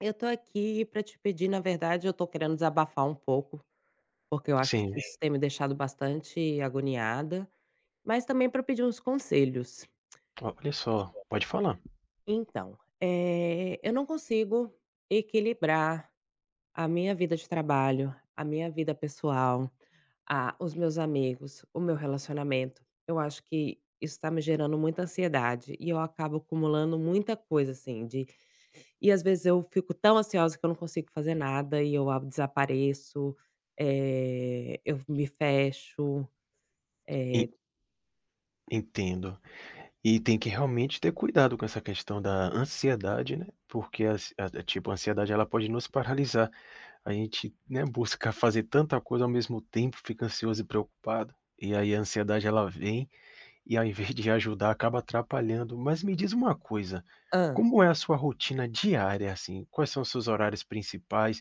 Eu tô aqui pra te pedir, na verdade, eu tô querendo desabafar um pouco, porque eu acho que, sim, Sim, isso tem me deixado bastante agoniada, mas também para pedir uns conselhos. olha só, pode falar. Então, eu não consigo equilibrar a minha vida de trabalho, a minha vida pessoal. Ah, os meus amigos, o meu relacionamento. Eu acho que isso tá me gerando muita ansiedade e eu acabo acumulando muita coisa, assim, de E às vezes eu fico tão ansiosa que eu não consigo fazer nada e eu a desapareço, eu me fecho. En Entendo. E tem que realmente ter cuidado com essa questão da ansiedade, né, porque as a tipo, a ansiedade ela pode nos paralisar. A gente, né, busca fazer tanta coisa ao mesmo tempo, fica ansioso e preocupado, e aí a ansiedade ela vem, e ao invés de ajudar acaba atrapalhando. Mas me diz uma coisa, Hã, como é a sua rotina diária, assim? Quais são os seus horários principais?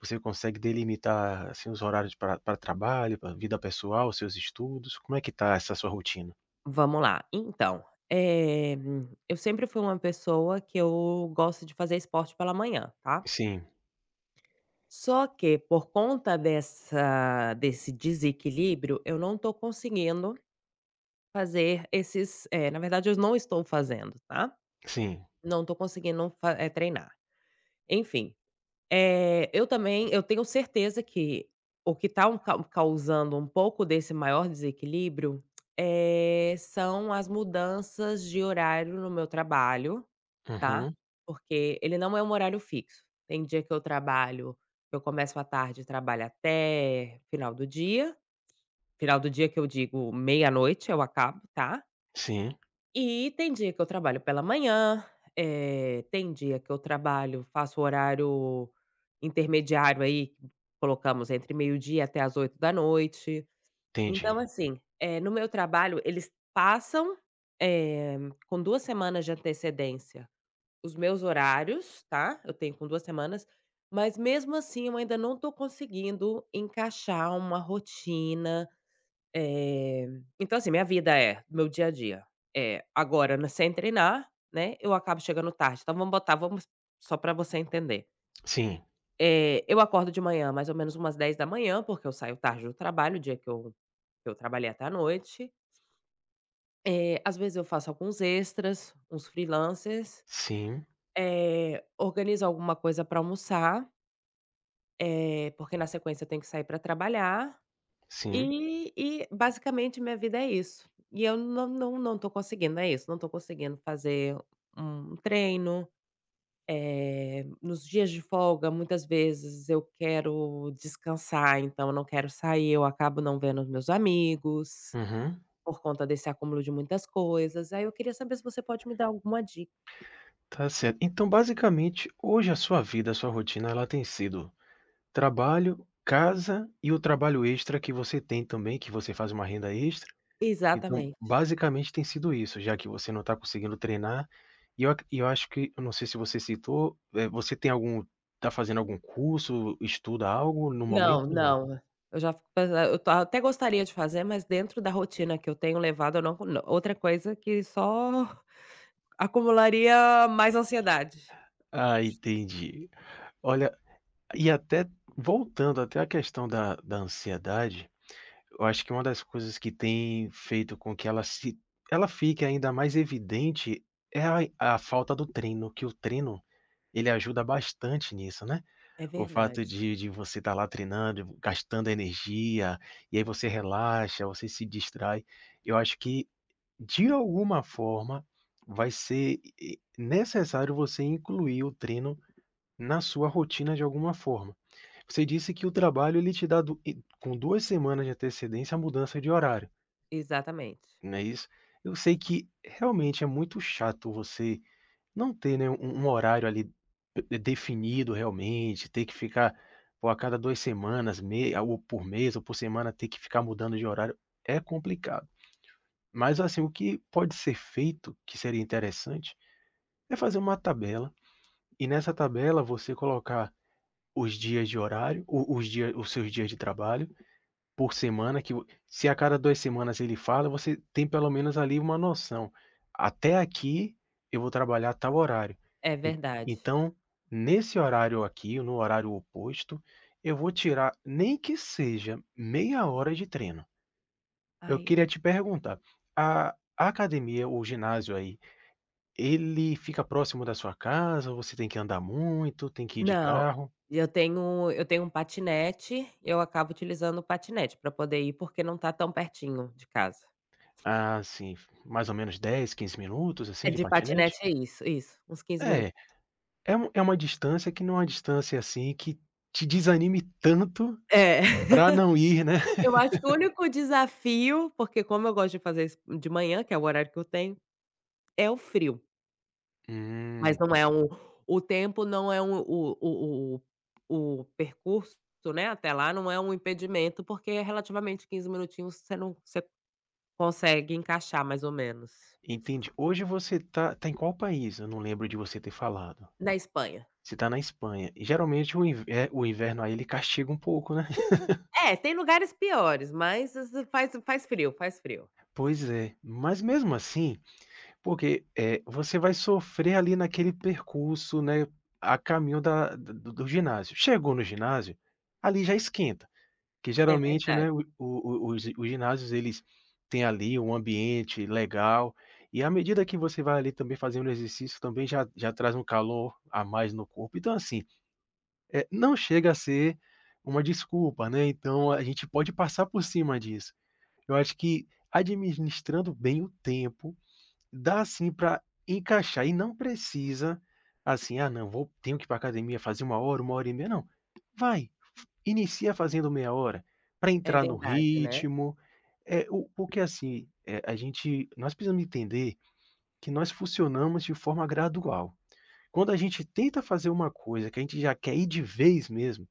Você consegue delimitar, assim, os horários para trabalho, para vida pessoal, seus estudos? Como é que tá essa sua rotina? vamos lá. Então, eh, eu sempre fui uma pessoa que eu gosto de fazer esporte pela manhã, tá. Sim, Só que por conta dessa desse desequilíbrio, eu não tô conseguindo na verdade eu não estou fazendo, tá. sim. Não estou conseguindo treinar. Enfim, eu também, eu tenho certeza que o que está causando um pouco desse maior desequilíbrio, são as mudanças de horário no meu trabalho, tá. Uhum. Porque ele não é um horário fixo. Tem dia que eu começo à tarde e trabalho até final do dia. Final do dia que eu digo meia-noite eu acabo, tá. Sim, E tem dia que eu trabalho pela manhã, tem dia que eu trabalho faço horário intermediário aí, colocamos entre meio-dia até as 8 da noite. Então, entendi. assim, no meu trabalho eles passam, eh, com 2 semanas de antecedência os meus horários, tá, eu tenho com 2 semanas, mas mesmo assim eu ainda não estou conseguindo encaixar uma rotina eh, então, assim, minha vida é, meu dia a dia é, agora, né, sem treinar, né, eu acabo chegando tarde, então vamos só para você entender. Sim, Eu acordo de manhã mais ou menos umas 10 da manhã porque eu saio tarde do trabalho, o dia que eu trabalhei até a noite. Às vezes eu faço alguns extras, uns freelancers, sim, organizo alguma coisa para almoçar, porque na sequência eu tenho que sair para trabalhar. sim. E basicamente minha vida é isso. E eu não estou conseguindo, é isso, não estou conseguindo fazer um treino, nos dias de folga muitas vezes eu quero descansar, então eu não quero sair, eu acabo não vendo os meus amigos, Uhum. por conta desse acúmulo de muitas coisas, aí eu queria saber se você pode me dar alguma dica. Tá certo. Então, basicamente, hoje a sua vida, a sua rotina, ela tem sido trabalho, casa e o trabalho extra que você tem também, que você faz uma renda extra. Então, Exatamente. basicamente tem sido isso, já que você não está conseguindo treinar, e eu ac e eu acho que eu não sei se você citou, você tem algum tá fazendo algum curso, estuda algo no momento? Não, Não. não, eu já fico pensa eu tô até gostaria de fazer, mas dentro da rotina que eu tenho levado eu não co outra coisa que só acumularia mais ansiedade. Ah, entendi. Olha, e até voltando até a questão da ansiedade, eu acho que uma das coisas que tem feito com que ela se ela fique ainda mais evidente é a falta do treino, que o treino, ele ajuda bastante nisso, né? É O fato verdade. de você estar lá treinando, gastando energia, e aí você relaxa, você se distrai. Eu acho que, de alguma forma, vai ser necessário você incluir o treino na sua rotina de alguma forma. Você disse que o trabalho ele te dá do e com 2 semanas de antecedência a mudança de horário, Exatamente. não é isso? Eu sei que realmente é muito chato você não ter, né, um horário ali de definido realmente, ter que ficar, pô, a cada 2 semanas, me ou por mês ou por semana ter que ficar mudando de horário, é complicado. Mas assim, o que pode ser feito, que seria interessante, é fazer uma tabela, e nessa tabela você colocar os dias de horário, o os dias os seus dias de trabalho por semana que vo se a cada 2 semanas ele fala, você tem pelo menos ali uma noção. Até aqui eu vou trabalhar tal horário. É verdade. Então, nesse horário aqui, no horário oposto, eu vou tirar nem que seja meia hora de treino. Eu Ai, eu queria te perguntar, a academia, o ginásio aí, ele fica próximo da sua casa? Você tem que andar muito, tem que ir de não, carro? eu tenho um patinete, eu acabo utilizando o patinete para poder ir, porque não tá tão pertinho de casa. Ah, assim, mais ou menos 10, 15 minutos, É, assim, de de patinete? patinete é isso, isso, uns 15 minutos. É, é um é uma distância que não é uma distância, assim, que te desanime tanto É. para não ir, né. Eu acho que o único desafio, porque como eu gosto de fazer isso de manhã, que é o horário que eu tenho, é o frio. Mas Hum. não é um, o tempo não é um, o percurso, né, até lá não é um impedimento, porque é relativamente 15 minutinhos você não, você consegue encaixar mais ou menos. Entendi. Hoje você tá em qual país? Eu não lembro de você ter falado. Na Espanha. Você tá na Espanha. E geralmente o inverno aí ele castiga um pouco, né. É, tem lugares piores, mas as faz frio, faz frio. Pois é. Mas mesmo assim, porque, você vai sofrer ali naquele percurso, né, a caminho da do ginásio. Chegou no ginásio, ali já esquenta, que É geralmente, verdade, né, o os ginásios eles têm ali um ambiente legal, e à medida que você vai ali também fazendo exercício também já traz um calor a mais no corpo. Então assim, é, não chega a ser uma desculpa, né, então a gente pode passar por cima disso. Eu acho que administrando bem o tempo, dá assim para encaixar e não precisa, assim: "Ah não, vou tenho que ir para academia fazer uma hora e meia", não. Vai, inicia fazendo meia hora, para é entrar no verdade, né. ritmo. É o porque assim, a gente nós precisamos entender que nós funcionamos de forma gradual. Quando a gente tenta fazer uma coisa que a gente já quer ir de vez mesmo,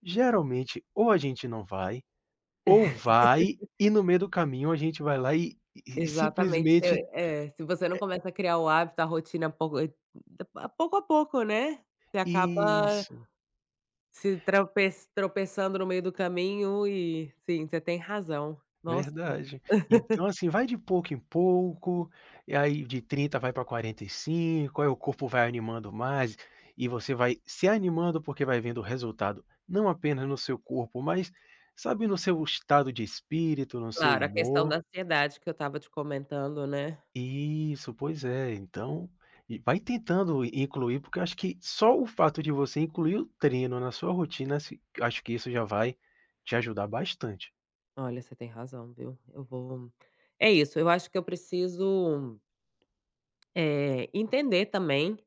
geralmente, ou a gente não vai, ou vai e no meio do caminho a gente vai lá e Exatamente, te simplesmente é, se você não começa a criar o hábito, a rotina pouco a pouco, né, você acaba isso, Se trope tropeçando no meio do caminho e sim, você tem razão. Nossa, verdade. Então, assim, vai de pouco em pouco, e aí de 30 vai para 40 pra 45, aí o corpo vai animando mais, e você vai se animando porque vai vendo o resultado, não apenas no seu corpo, mas, sabe, no seu estado de espírito, no seu claro, a questão da humor. ansiedade que eu estava te comentando, né. Isso, pois é. Então, e vai tentando incluir, porque eu acho que só o fato de você incluir o treino na sua rotina, se acho que isso já vai te ajudar bastante. Olha, você tem razão, viu. Eu vou é isso, eu acho que eu preciso, entender também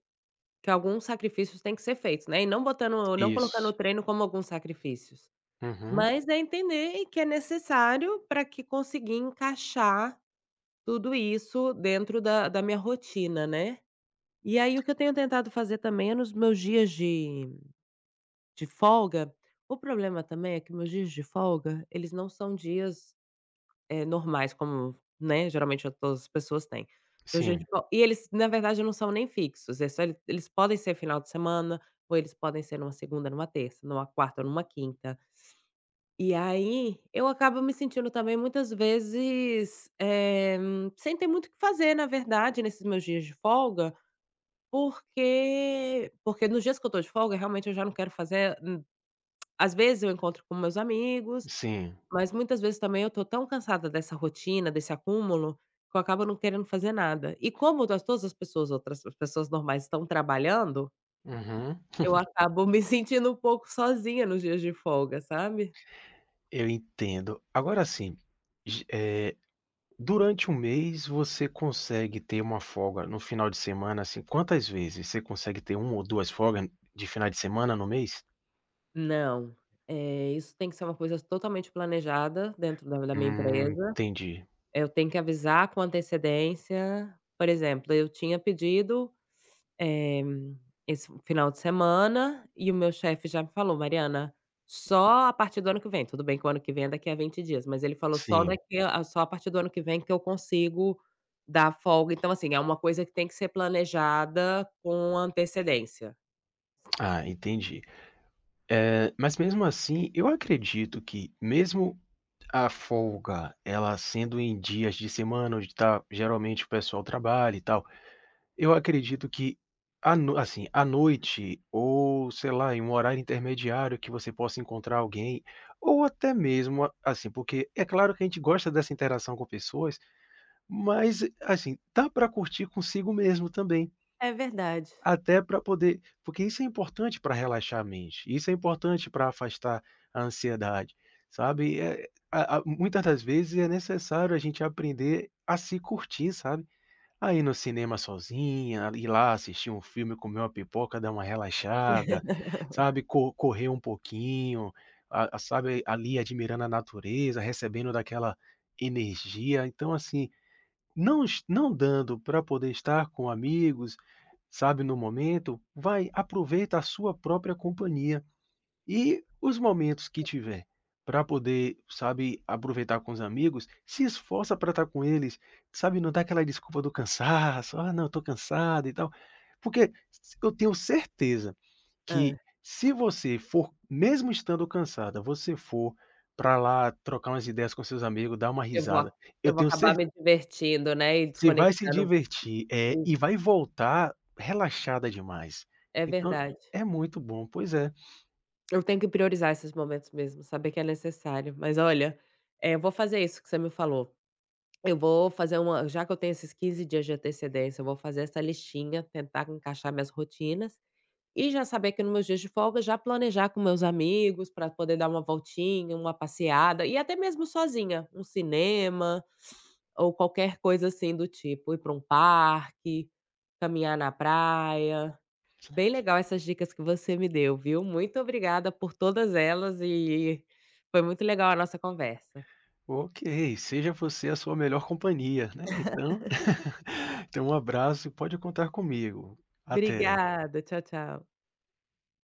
que alguns sacrifícios têm que ser feitos, né, e não botando, não colocando Isso. o treino como alguns sacrifícios. Uhum. Mas é entender que é necessário para que conseguir encaixar tudo isso dentro da minha rotina, né. E aí o que eu tenho tentado fazer também é nos meus dias de folga. O problema também é que meus dias de folga, eles não são dias, normais como, né, geralmente todas as pessoas têm. Meu dia Sim, de fol e Eles na verdade não são nem fixos, é só ele eles podem ser final de semana, ou eles podem ser numa segunda, numa terça, numa quarta ou numa quinta. E aí, eu acabo me sentindo também muitas vezes, sem ter muito o que fazer na verdade nesses meus dias de folga, porque nos dias que eu estou de folga, realmente, eu já não quero fazer. Às vezes eu encontro com meus amigos, sim. mas muitas vezes também eu estou tão cansada dessa rotina, desse acúmulo, que eu acabo não querendo fazer nada. E como das todas as pessoas outras as pessoas normais estão trabalhando, Uhum. eu acabo me sentindo um pouco sozinha nos dias de folga, sabe. Eu entendo. Agora sim, j- eh, durante 1 mês você consegue ter uma folga no final de semana, assim, quantas vezes você consegue ter uma ou duas folgas de final de semana no mês? Não, isso tem que ser uma coisa totalmente planejada dentro da minha empresa. Entendi. Eu tenho que avisar com antecedência. Por exemplo, eu tinha pedido Eh, esse final de semana, e o meu chefe já me falou: "Mariana, só a partir do ano que vem", tudo bem que o ano que vem é daqui a 20 dias, mas ele falou: "Só Sim. daqui a só a partir do ano que vem que eu consigo dar folga". Então, assim, é uma coisa que tem que ser planejada com antecedência. Ah, entendi. É, mas mesmo assim, eu acredito que mesmo a folga, ela sendo em dias de semana onde tá geralmente o pessoal trabalha e tal, eu acredito que à no assim, à noite ou, sei lá, em um horário intermediário que você possa encontrar alguém, ou até mesmo a assim, porque é claro que a gente gosta dessa interação com pessoas, mas, assim, dá para curtir consigo mesmo também. É verdade. Até para poder porque isso é importante para relaxar a mente, isso é importante para afastar a ansiedade, sabe. Eh, a Muitas das vezes é necessário a gente aprender a se curtir, sabe. A ir no cinema sozinha, ir lá assistir um filme, comer uma pipoca, dar uma relaxada, sabe, co correr um pouquinho, a sabe, ali admirando a natureza, recebendo daquela energia. Então assim, não dando para poder estar com amigos, sabe, no momento, vai, aproveita a sua própria companhia e os momentos que tiver para poder, sabe, aproveitar com os amigos, se esforça para estar com eles, sabe, não dá aquela desculpa do cansaço, "Ah, não, estou cansado e tal", porque eu tenho certeza Hã. que se você for, mesmo estando cansada, você for para lá trocar umas ideias com seus amigos, dar uma Eu vou risada, eu eu vou tenho acabar cer me divertindo, né, e você vai se desconectando divertir, um e vai voltar relaxada demais. É Então, verdade. é muito bom. Pois é. Eu tenho que priorizar esses momentos mesmo, saber que é necessário. Mas olha, eu vou fazer isso que você me falou. Eu vou fazer uma, já que eu tenho esses 15 dias de antecedência, eu vou fazer essa listinha, tentar encaixar minhas rotinas e já saber que, nos meus dias de folga, já planejar com meus amigos para poder dar uma voltinha, uma passeada, e até mesmo sozinha, um cinema ou qualquer coisa assim do tipo, ir para um parque, caminhar na praia. Bem legal essas dicas que você me deu, viu. Muito obrigada por todas elas, e foi muito legal a nossa conversa. Ok, seja você a sua melhor companhia, né. Então então um abraço e pode contar comigo. Até. Obrigada, tchau, tchau.